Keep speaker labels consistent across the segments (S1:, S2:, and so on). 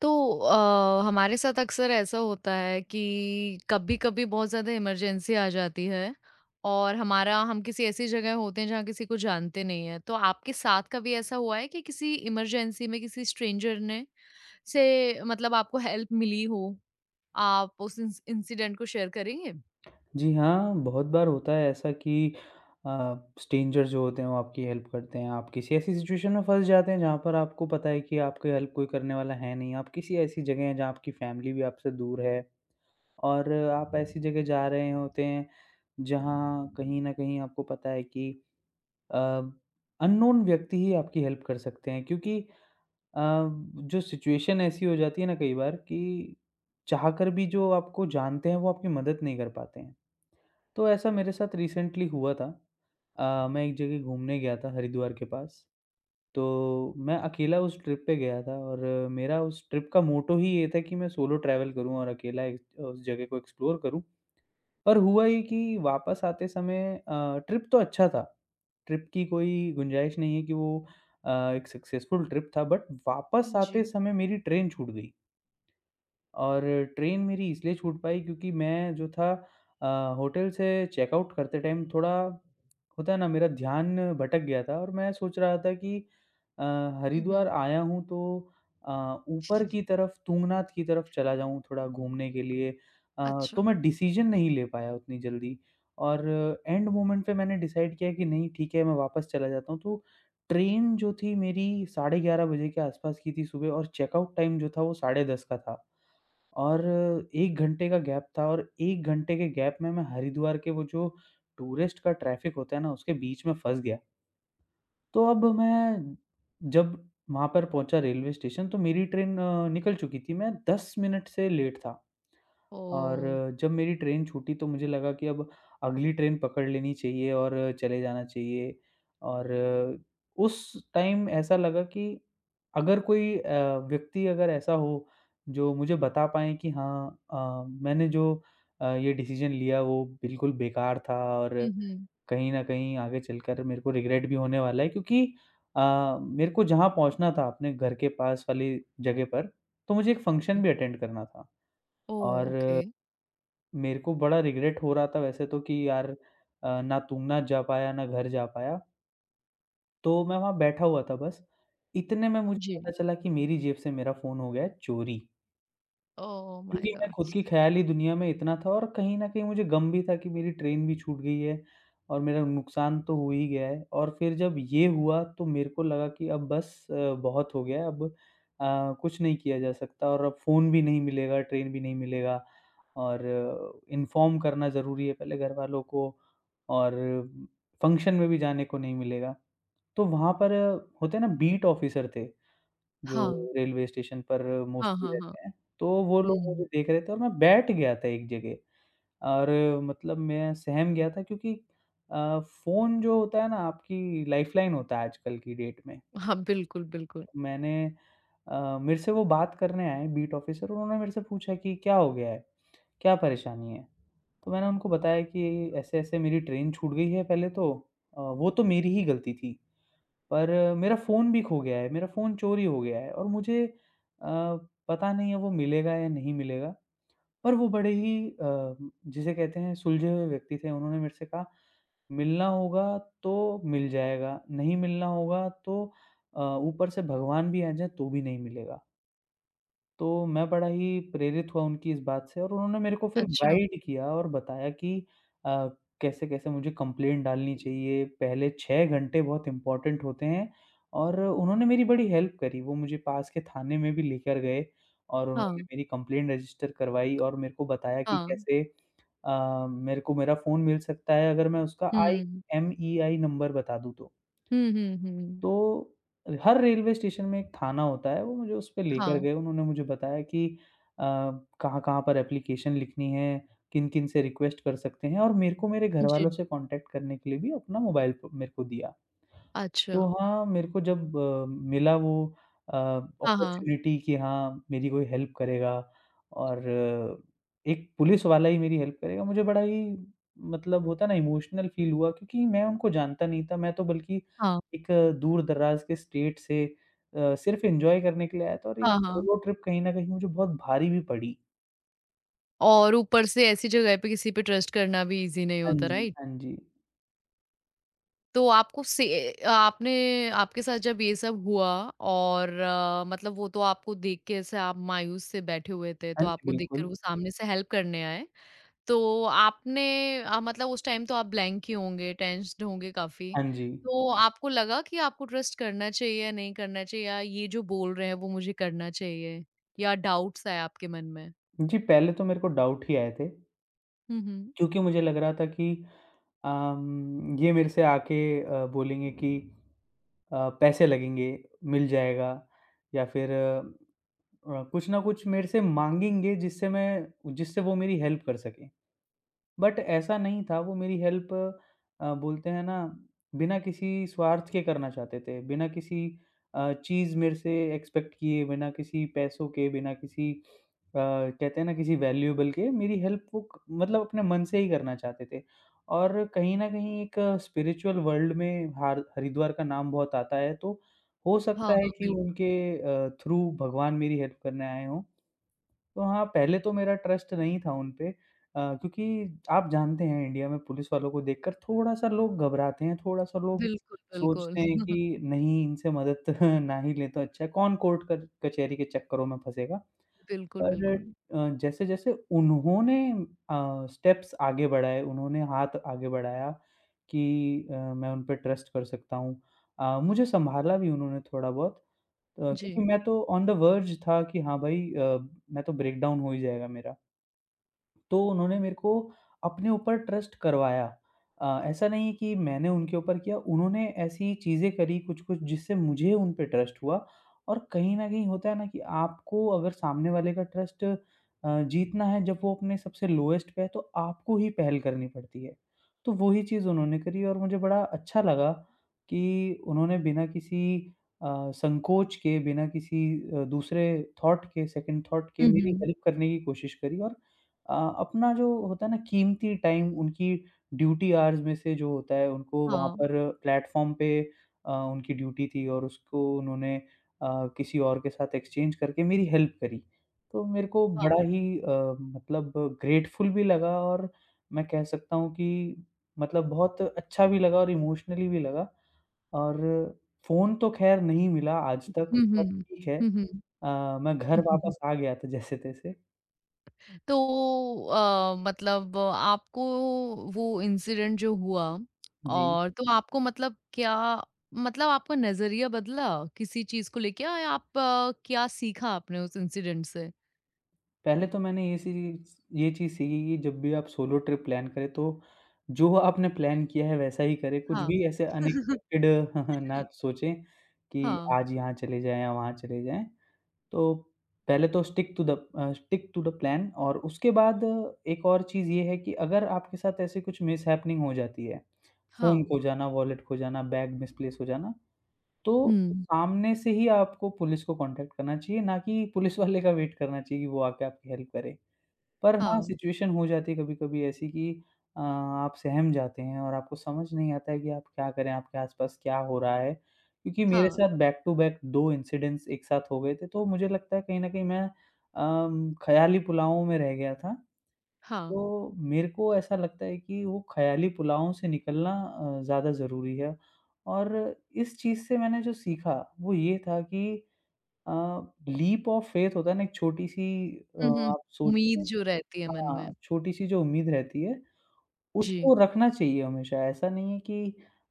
S1: तो हमारे साथ अक्सर ऐसा होता है कि कभी-कभी बहुत ज़्यादा इमरजेंसी आ जाती है और हमारा हम किसी ऐसी जगह होते हैं जहाँ किसी को जानते नहीं हैं। तो आपके साथ कभी ऐसा हुआ है कि किसी इमरजेंसी में किसी स्ट्रेंजर ने से मतलब आपको हेल्प मिली हो? आप उस इंसिडेंट को शेयर करेंगे?
S2: जी हाँ, बहुत बार होता है ऐसा कि स्ट्रेंजर जो होते हैं वो आपकी हेल्प करते हैं। आप किसी ऐसी सिचुएशन में फँस जाते हैं जहाँ पर आपको पता है कि आपकी हेल्प कोई करने वाला है नहीं। आप किसी ऐसी जगह हैं जहाँ आपकी फैमिली भी आपसे दूर है और आप ऐसी जगह जा रहे होते हैं जहाँ कहीं न कहीं आपको पता है कि अ, अननोन व्यक्ति ही आपकी हेल्प कर सकते हैं क्योंकि अ, जो सिचुएशन ऐसी हो जाती है ना कई बार कि चाह कर भी जो आपको जानते हैं वो आपकी मदद नहीं कर पाते हैं। तो ऐसा मेरे साथ रिसेंटली हुआ था। मैं एक जगह घूमने गया था हरिद्वार के पास। तो मैं अकेला उस ट्रिप पे गया था और मेरा उस ट्रिप का मोटो ही ये था कि मैं सोलो ट्रैवल करूँ और अकेला एक उस जगह को एक्सप्लोर करूँ। और हुआ ये कि वापस आते समय ट्रिप तो अच्छा था। ट्रिप की कोई गुंजाइश नहीं है कि वो अ, एक सक्सेसफुल ट्रिप था बट वापस
S1: जी।
S2: आते समय मेरी ट्रेन छूट गई। और ट्रेन मेरी इसलिए छूट पाई क्योंकि मैं जो था होटल से चेकआउट करते टाइम थोड़ा होता है ना मेरा ध्यान भटक गया था और मैं सोच रहा था कि अ,
S1: हुँ,
S2: हरिद्वार
S1: हुँ।
S2: आया हूँ तो ऊपर की तरफ तुंगनाथ की तरफ चला जाऊँ थोड़ा घूमने के लिए।
S1: अच्छा।
S2: तो मैं डिसीजन नहीं ले पाया उतनी जल्दी और एंड मोमेंट पे मैंने डिसाइड किया कि नहीं ठीक है मैं वापस चला जाता हूँ। तो ट्रेन जो थी मेरी साढ़े ग्यारह बजे के आसपास की थी सुबह और चेकआउट टाइम जो था वो साढ़े दस का था। और 1 घंटे का गैप था और 1 घंटे के गैप में मैं हरिद्वार के वो जो टूरिस्ट का ट्रैफ़िक होता है ना, उसके बीच में फँस गया। तो अब मैं जब वहाँ पर पहुँचा रेलवे स्टेशन तो मेरी ट्रेन निकल चुकी थी, मैं 10 मिनट से लेट था। और
S1: ओह!
S2: जब मेरी ट्रेन छूटी तो मुझे लगा कि अब अगली ट्रेन पकड़ लेनी चाहिए और चले जाना चाहिए। और उस टाइम ऐसा लगा कि अगर कोई व्यक्ति अगर ऐसा हो जो मुझे बता पाए कि हाँ, मैंने जो ये डिसीजन लिया वो बिल्कुल बेकार था और
S1: हुँ, हुँ।
S2: कहीं ना कहीं आगे चलकर मेरे को रिग्रेट भी होने वाला है क्योंकि मेरे को जहाँ पहुँचना था अपने घर के पास वाली जगह पर, तो मुझे एक फंक्शन भी अटेंड करना था।
S1: ओह!
S2: और
S1: ओके।
S2: मेरे को बड़ा रिग्रेट हो रहा था वैसे तो कि यार, ना तुंगनाथ जा पाया, ना घर जा पाया। तो मैं वहाँ बैठा हुआ था बस। इतने में मुझे
S1: जी।
S2: पता चला कि मेरी जेब से मेरा फ़ोन हो गया है चोरी।
S1: ओह माय
S2: क्योंकि मैं
S1: गॉड!
S2: खुद की ख़याली दुनिया में इतना था और कहीं न कहीं मुझे गम भी था कि मेरी ट्रेन भी छूट गई है और मेरा नुकसान तो हो ही गया है। और फिर जब ये हुआ तो मेरे को लगा कि अब बस बहुत हो गया है अब, कुछ नहीं किया जा सकता और अब फ़ोन भी नहीं मिलेगा, ट्रेन भी नहीं मिलेगा और इन्फ़ॉर्म करना ज़रूरी है पहले घरवालों को और फ़ंक्शन में भी जाने को नहीं मिलेगा। तो वहाँ पर होते हैं ना बीट ऑफ़िसर थे। जो
S1: हाँ।
S2: रेलवे स्टेशन पर
S1: हाँ,
S2: मोस्टली
S1: हाँ, हाँ।
S2: रहते हैं, तो वो लोग
S1: हुँ।
S2: मुझे देख रहे थे और मैं बैठ गया था एक जगह और मतलब मैं सहम गया था क्योंकि फ़ोन जो होता है ना आपकी लाइफ़लाइन होता है आजकल की डेट में।
S1: हाँ, बिल्कुल, बिल्कुल।
S2: मैंने, मेरे से वो बात करने आए बीट ऑफ़िसर, उन्होंने मेरे से पूछा कि क्या हो गया है? क्या परेशानी है? तो मैंने उनको बताया कि ऐसे-ऐसे मेरी ट्रेन छूट गई है पहले तो, वो तो मेरी ही गलती थी। पर मेरा फ़ोन भी खो गया है, मेरा फ़ोन चोरी हो गया है और मुझे अ, पता नहीं है वो मिलेगा या नहीं मिलेगा। पर वो बड़े ही जिसे कहते हैं सुलझे हुए व्यक्ति थे, उन्होंने मेरे से कहा मिलना होगा तो मिल जाएगा, नहीं मिलना होगा तो ऊपर से भगवान भी आ जाए तो भी नहीं मिलेगा। तो मैं बड़ा ही प्रेरित हुआ उनकी इस बात से और उन्होंने मेरे को फिर
S1: अच्छा,
S2: गाइड किया और बताया कि अ, कैसे-कैसे मुझे कंप्लेंट डालनी चाहिए, पहले 6 घंटे बहुत इम्पोर्टेंट होते हैं और उन्होंने मेरी बड़ी हेल्प करी। वो मुझे पास के थाने में भी लेकर गए और
S1: हाँ,
S2: उन्होंने मेरी कंप्लेंट रजिस्टर करवाई और मेरे को बताया कि
S1: हाँ।
S2: कैसे मेरे को मेरा फ़ोन मिल सकता है अगर मैं उसका
S1: हुँ।
S2: आईएमईआई नंबर बता दूँ तो।
S1: हुँ, हुँ, हुँ।
S2: तो हर रेलवे स्टेशन में एक थाना होता है, वो मुझे उस पे लेकर
S1: हाँ,
S2: गए, उन्होंने मुझे बताया कि अ, कहाँ-कहाँ पर एप्लीकेशन लिखनी है, किन-किन से रिक्वेस्ट कर सकते हैं और मेरे को मेरे
S1: जी।
S2: घरवालों से कॉन्टैक्ट करने के लिए भी अपना मोबाइल फ़ो मेरे को दिया।
S1: अच्छा।
S2: तो हाँ, मेरे को जब मिला वो
S1: हाँ, हाँ।
S2: अपॉर्च्युनिटी कि हाँ, मेरी कोई हेल्प करेगा और एक पुलिस वाला ही मेरी हेल्प करेगा, मुझे बड़ा ही मतलब होता है ना इमोशनल फील हुआ क्योंकि मैं उनको जानता नहीं था। मैं तो बल्कि
S1: हाँ,
S2: एक दूर-दराज़ के स्टेट से सिर्फ़ एन्जॉय करने के लिए आया था और ये
S1: हाँ, हाँ।
S2: सोलो ट्रिप कहीं न कहीं मुझे बहुत भारी भी पड़ी।
S1: और ऊपर से ऐसी जगह पे किसी पे ट्रस्ट करना भी ईज़ी नहीं
S2: हाँ
S1: होता,
S2: जी,
S1: राइट?
S2: हाँ जी।
S1: तो आपको से आपने आपके साथ जब ये सब हुआ और मतलब वो तो आपको देख के ऐसे आप मायूस से बैठे हुए थे, तो
S2: हाँ जी,
S1: आपको देखकर
S2: बिल्कुल।
S1: वो सामने से हेल्प करने आए? तो आपने मतलब उस टाइम तो आप ब्लैंक ही होंगे, टेंस्ड होंगे काफ़ी।
S2: हाँ जी।
S1: तो आपको लगा कि आपको ट्रस्ट करना चाहिए या नहीं करना चाहिए या ये जो बोल रहे हैं वो मुझे करना चाहिए? या डाउट्स आए आपके मन में?
S2: जी, पहले तो मेरे को डाउट ही आए थे
S1: हुँ, हुँ।
S2: क्योंकि मुझे लग रहा था कि ये मेरे से आके बोलेंगे कि पैसे लगेंगे, मिल जाएगा या फिर कुछ ना कुछ मेरे से माँगेंगे जिससे मैं जिससे वो मेरी हेल्प कर सकें। बट ऐसा नहीं था, वो मेरी हेल्प, बोलते हैं ना, बिना किसी स्वार्थ के करना चाहते थे, बिना किसी चीज़ मेरे से एक्सपेक्ट किए, बिना किसी पैसों के, बिना किसी कहते हैं ना किसी वैल्यूएबल के, मेरी हेल्प वो क मतलब अपने मन से ही करना चाहते थे। और कहीं न कहीं एक स्पिरिचुअल वर्ल्ड में हार हरिद्वार का नाम बहुत आता है, तो हो
S1: हाँ,
S2: सकता है
S1: हाँ,
S2: कि
S1: बिल्कुल।
S2: उनके थ्रू भगवान मेरी हेल्प करने आए हों। तो हाँ, पहले तो मेरा ट्रस्ट नहीं था उन पे, क्योंकि आप जानते हैं इंडिया में पुलिस वालों को देखकर थोड़ा-सा लोग घबराते हैं, थोड़ा-सा लोग
S1: बिल्कुल, बिल्कुल।
S2: सोचते हैं कि नहीं इनसे मदद ना ही लें तो अच्छा है, कौन कोर्ट क कचहरी के चक्करों में फँसेगा।
S1: बिल्कुल,
S2: पर
S1: बिल्कुल।
S2: जैसे-जैसे उन्होंने स्टेप्स आगे बढ़ाए, उन्होंने हाथ आगे बढ़ाया कि मैं उन पे ट्रस्ट कर सकता हूँ। मुझे सँभाला भी उन्होंने थोड़ा बहुत, क्योंकि
S1: जी।
S2: मैं तो ऑन द वर्ज था कि हाँ भाई, मैं तो ब्रेकडाउन हो ही जाएगा मेरा। तो उन्होंने मेरे को अपने ऊपर ट्रस्ट करवाया। ऐसा नहीं है कि मैंने उनके ऊपर किया, उन्होंने ऐसी चीज़ें करी कुछ-कुछ जिससे मुझे उन पे ट्रस्ट हुआ और कहीं न कहीं होता है ना कि आपको अगर सामने वाले का ट्रस्ट जीतना है जब वो अपने सबसे लोएस्ट पे है तो आपको ही पहल करनी पड़ती है। तो वही चीज़ उन्होंने करी और मुझे बड़ा अच्छा लगा कि उन्होंने बिना किसी अ, संकोच के, बिना किसी दूसरे थॉट के, सेकंड थॉट के
S1: हुँ,
S2: मेरी
S1: हुँ।
S2: हेल्प करने की कोशिश करी और अपना जो होता है ना कीमती टाइम उनकी ड्यूटी आवर्स में से जो होता है उनको वहाँ
S1: हाँ,
S2: पर प्लेटफ़ॉर्म पे, उनकी ड्यूटी थी और उसको उन्होंने किसी और के साथ एक्सचेंज करके मेरी हेल्प करी। तो मेरे को
S1: हाँ।
S2: बड़ा ही मतलब ग्रेटफुल भी लगा और मैं कह सकता हूँ कि मतलब बहुत अच्छा भी लगा और इमोशनली भी लगा। और फ़ोन तो ख़ैर नहीं मिला आज तक,
S1: हुँ,
S2: पर
S1: हुँ।
S2: ठीक है।
S1: हुँ, हुँ।
S2: मैं घर वापस आ गया था जैसे-तैसे।
S1: तो मतलब आपको वो इंसिडेंट जो हुआ
S2: जी।
S1: और तो आपको मतलब क्या मतलब आपका नजरिया बदला किसी चीज को लेके या आप क्या सीखा आपने उस इंसिडेंट से?
S2: पहले तो मैंने ये चीज़ सीखी कि जब भी आप सोलो ट्रिप प्लान करें तो जो आपने प्लान किया है वैसा ही करें। कुछ
S1: हाँ,
S2: भी ऐसे अनएक्सपेक्टेड ना सोचें कि
S1: हाँ,
S2: आज यहाँ चले जाएँ या वहाँ चले जाएँ। तो पहले तो stick to the, stick to the plan और उसके बाद एक और चीज़ ये है कि अगर आपके साथ ऐसे कुछ मिसहैपनिंग हो जाती है, फ़ोन
S1: हाँ,
S2: खो जाना, वॉलेट खो जाना, बैग मिसप्लेस हो जाना, तो
S1: हुँ,
S2: सामने से ही आपको पुलिस को कॉन्टैक्ट करना चाहिए, ना कि पुलिस वाले का वेट करना चाहिए कि वो आके आपकी हेल्प करे। पर हाँ,
S1: हाँ,
S2: सिचुएशन हो जाती है कभी-कभी ऐसी कि आप सहम जाते हैं और आपको समझ नहीं आता है कि आप क्या करें, आपके आस-पास क्या हो रहा है। क्योंकि मेरे
S1: हाँ,
S2: साथ बैक टू बैक 2 इंसिडेंट्स एक साथ हो गए थे, तो मुझे लगता है कहीं न कहीं मैं ख़याली पुलावों में रह गया था।
S1: हाँ,
S2: तो मेरे को ऐसा लगता है कि वो ख़याली पुलावों से निकलना ज़्यादा ज़रूरी है और इस चीज़ से मैंने जो सीखा, वो ये था कि अ, लीप ऑफ फ़ेथ होता है ना, एक छोटी-सी,
S1: हुँ,
S2: हुँ।
S1: हुँ,
S2: आप सोचते
S1: उम्मीद
S2: हैं
S1: जो रहती है मन में।
S2: हाँ, छोटी-सी जो उम्मीद रहती है,
S1: जी,
S2: उसको रखना चाहिए हमेशा। ऐसा नहीं है कि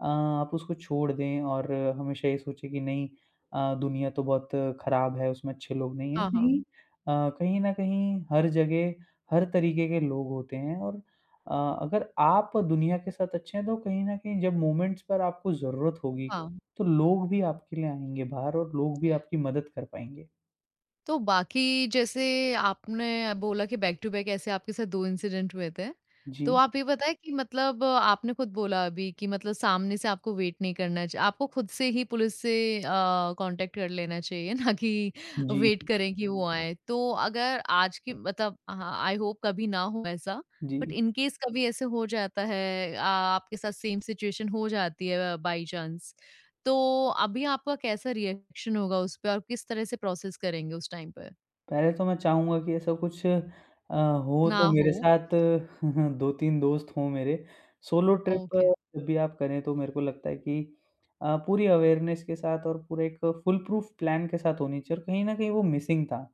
S2: आप उसको छोड़ दें और हमेशा ये सोचें कि नहीं दुनिया तो बहुत खराब है, उसमें अच्छे लोग नहीं हैं।
S1: हाँ,
S2: नहीं,
S1: हाँ,
S2: कहीं न कहीं हर जगह, हर तरीके के लोग होते हैं और अगर आप दुनिया के साथ अच्छे हैं, तो कहीं न कहीं जब मोमेंट्स पर आपको ज़रूरत होगी,
S1: हाँ।
S2: तो लोग भी आपके लिए आएँगे बाहर और लोग भी आपकी मदद कर पाएँगे।
S1: तो बाकी जैसे आपने बोला कि बैक टू बैक ऐसे आपके साथ 2 इंसिडेंट हुए थे। तो
S2: जी,
S1: आप ये बताएं कि मतलब आपने खुद बोला अभी कि मतलब सामने से आपको वेट नहीं करना चाहिए। आपको खुद से ही पुलिस से अ, कॉन्टैक्ट कर लेना चाहिए ना कि
S2: जी,
S1: वेट करें कि वो आएँ। तो अगर आज की मतलब हाँ, आई होप कभी ना हो ऐसा।
S2: जी।
S1: बट इन केस कभी ऐसे हो जाता है, आ आपके साथ सेम सिचुएशन हो जाती है बाय चांस। तो अभी आपका कैसा रिएक्शन होगा उस पे और किस तरह से प्रोसेस करेंगे उस टाइम पे?
S2: पहले तो मैं चाहूँगा कि ऐसा कुछ हो
S1: ना
S2: तो
S1: हो
S2: मेरे साथ 2-3 दोस्त हों मेरे। Solo trip
S1: okay.
S2: जब भी आप करें तो मेरे को लगता है कि पूरी अवेयरनेस के साथ और पूरा एक फुल प्रूफ प्लान के साथ होनी चाहिए और कहीं न कहीं वो मिसिंग था।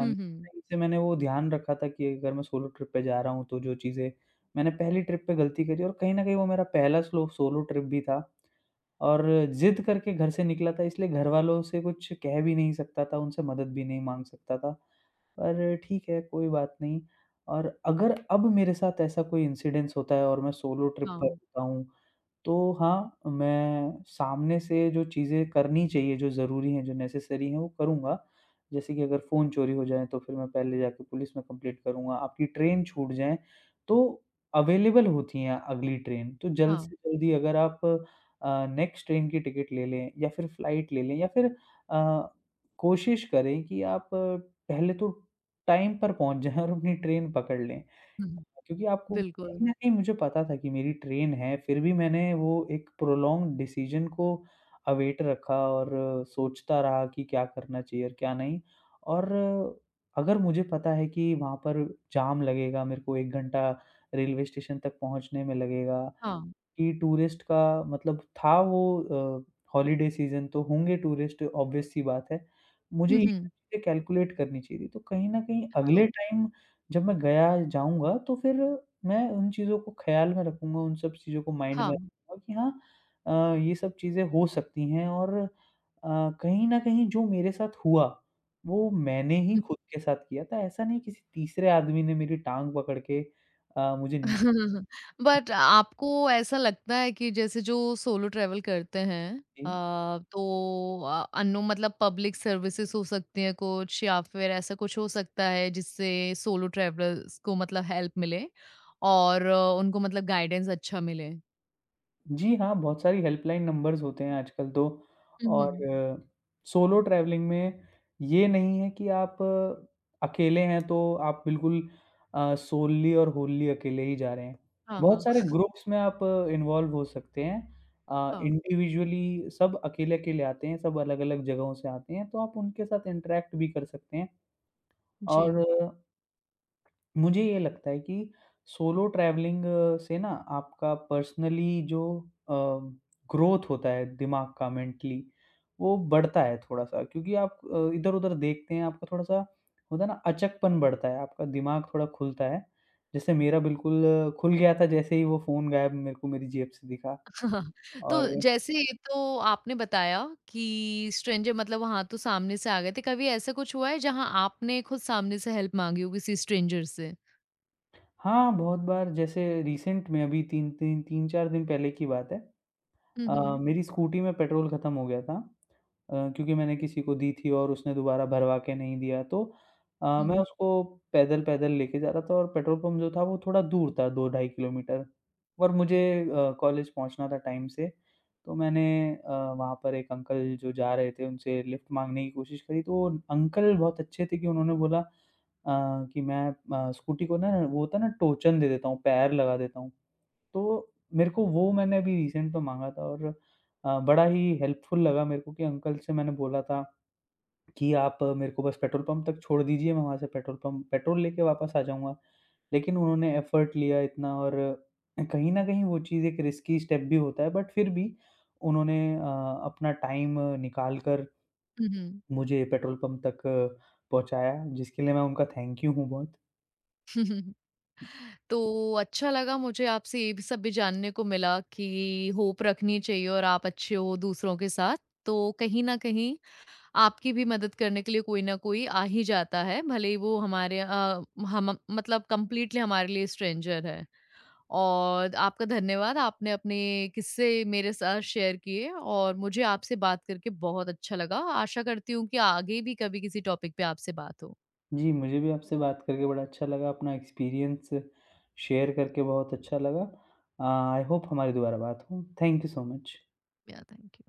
S1: हुँ, हुँ।
S2: से मैंने वो ध्यान रखा था कि अगर मैं सोलो ट्रिप पे जा रहा हूँ तो जो चीज़ें मैंने पहली ट्रिप पे गलती करी और कहीं न कहीं वो मेरा पहला स्लो सोलो ट्रिप भी था और ज़िद करके घर से निकला था, इसलिए घरवालों से कुछ कह भी नहीं सकता था, उनसे मदद भी नहीं माँग सकता था। पर ठीक है, कोई बात नहीं। और अगर अब मेरे साथ ऐसा कोई इंसिडेंस होता है और मैं सोलो ट्रिप पर
S1: हाँ,
S2: होता हूँ, तो हाँ, मैं सामने से जो चीज़ें करनी चाहिए, जो ज़रूरी हैं, जो नेसेसरी हैं, वो करूँगा। जैसे कि अगर फ़ोन चोरी हो जाए, तो फिर मैं पहले जाके पुलिस में कंप्लेंट करूँगा। आपकी ट्रेन छूट जाए, तो अवेलेबल होती हैं अगली ट्रेन। तो जल्द
S1: हाँ।
S2: से जल्दी अगर आप नेक्स्ट ट्रेन की टिकट ले लें या फिर फ्लाइट ले लें या फिर अ, कोशिश करें कि आप पहले तो टाइम पर पहुँच जाएँ और अपनी ट्रेन पकड़ लें।
S1: हुँ,
S2: क्योंकि आपको
S1: बिल्कुल।
S2: कहीं न कहीं मुझे पता था कि मेरी ट्रेन है, फिर भी मैंने वो एक प्रोलॉन्ग डिसीज़न को अवेट रखा और सोचता रहा कि क्या करना चाहिए और क्या नहीं। और अगर मुझे पता है कि वहाँ पर जाम लगेगा, मेरे को 1 घंटा रेलवे स्टेशन तक पहुँचने में लगेगा,
S1: हाँ।
S2: कि टूरिस्ट का मतलब था वो अ, हॉलिडे सीज़न तो होंगे टूरिस्ट, ऑब्वियस सी बात है। मुझे
S1: हुँ,
S2: ये सब
S1: हुँ।
S2: चीज़ें कैलकुलेट करनी चाहिए थी, तो कहीं न कहीं अगले
S1: तो
S2: टाइम जब मैं गया जाऊँगा तो फिर मैं उन चीज़ों को ख़्याल में रखूँगा, उन सब चीज़ों को माइंड में
S1: हाँ।
S2: रखूँगा कि हाँ, ये सब चीज़ें हो सकती हैं। और कहीं न कहीं जो मेरे साथ हुआ, वो मैंने ही
S1: हुँ।
S2: खुद के साथ किया था। ऐसा नहीं किसी तीसरे आदमी ने मेरी टाँग पकड़ के मुझे नीचे
S1: बट आपको ऐसा लगता है कि जैसे जो सोलो ट्रैवल करते हैं
S2: खींची।
S1: तो अननोन मतलब पब्लिक सर्विसेज़ हो सकती हैं कुछ या फिर ऐसा कुछ हो सकता है जिससे सोलो ट्रैवलर्स को मतलब हेल्प मिले और आ, उनको मतलब गाइडेंस अच्छा मिले?
S2: जी हाँ, बहुत सारी हेल्पलाइन नंबर्स होते हैं आजकल तो।
S1: हुँ,
S2: और
S1: हुँ।
S2: सोलो ट्रैवलिंग में ये नहीं है कि आप अकेले हैं तो आप बिल्कुल सोल्ली और होल्ली अकेले ही जा रहे हैं।
S1: हाँ,
S2: बहुत
S1: हाँ,
S2: सारे ग्रुप्स में आप इन्वॉल्व हो सकते हैं।
S1: हाँ,
S2: इंडिविजुअली सब अकेले-अकेले आते हैं, सब अलग-अलग जगहों से आते हैं, तो आप उनके साथ इंटरैक्ट भी कर सकते हैं।
S1: जी।
S2: और मुझे ये लगता है कि सोलो ट्रैवलिंग से ना आपका पर्सनली जो ग्रोथ होता है दिमाग का, मेंटली वो बढ़ता है थोड़ा सा, क्योंकि आप इधर उधर देखते हैं, आपका थोड़ा सा होता है ना, अचकपन बढ़ता है, आपका दिमाग थोड़ा खुलता है। जैसे मेरा बिल्कुल खुल गया था जैसे ही वो फ़ोन गायब मेरे को मेरी जेब से दिखा।
S1: हाँ। तो
S2: और
S1: जैसे तो आपने बताया कि स्ट्रेंजर मतलब वहाँ तो सामने से आ गए थे, कभी ऐसा कुछ हुआ है जहाँ आपने खुद सामने से हेल्प माँगी हो किसी स्ट्रेंजर से?
S2: हाँ, बहुत बार, जैसे रिसेंट में अभी तीन तीन तीन चार दिन पहले की बात है,
S1: हुँ, हुँ।
S2: मेरी स्कूटी में पेट्रोल ख़त्म हो गया था, क्योंकि मैंने किसी को दी थी और उसने दोबारा भरवा के नहीं दिया, तो मैं
S1: हुँ,
S2: उसको पैदल-पैदल लेके जा रहा था और पेट्रोल पंप जो था वो थोड़ा दूर था, 2 ढाई किलोमीटर। और मुझे कॉलेज पहुँचना था टाइम से। तो मैंने वहाँ पर एक अंकल जो जा रहे थे उनसे लिफ्ट माँगने की कोशिश करी, तो वो अंकल बहुत अच्छे थे कि उन्होंने बोला अ, कि मैं स्कूटी को ना, वो होता है ना, टोचन दे देता हूँ, पैर लगा देता हूँ। तो मेरे को वो मैंने अभी रिसेंट में माँगा था और बड़ा ही हेल्पफुल लगा मेरे को। कि अंकल से मैंने बोला था कि आप मेरे को बस पेट्रोल पंप तक छोड़ दीजिए, मैं वहाँ से पेट्रोल पंप पेट्रोल लेके वापस आ जाऊँगा। लेकिन उन्होंने एफर्ट लिया इतना, और कहीं न कहीं वो चीज़ एक रिस्की स्टेप भी होता है, बट फिर भी उन्होंने अपना टाइम निकाल कर
S1: हुँ, हुँ।
S2: मुझे पेट्रोल पंप तक पहुँचाया, जिसके लिए मैं उनका थैंक यू हूँ बहुत।
S1: तो अच्छा लगा मुझे आपसे ये भी सब भी जानने को मिला कि होप रखनी चाहिए और आप अच्छे हो दूसरों के साथ। तो कहीं न कहीं आपकी भी मदद करने के लिए कोई ना कोई आ ही जाता है, भले ही वो हम मतलब कंप्लीटली हमारे लिए स्ट्रेंजर है। और आपका धन्यवाद, आपने अपने किस्से मेरे साथ शेयर किए और मुझे आपसे बात करके बहुत अच्छा लगा। आशा करती हूँ कि आगे भी कभी किसी टॉपिक पे आपसे बात हो।
S2: जी, मुझे भी आपसे बात करके बड़ा अच्छा लगा, अपना एक्सपीरियंस शेयर करके बहुत अच्छा लगा। आई होप हमारी दोबारा बात हो। Thank you so much.
S1: या थैंक यू।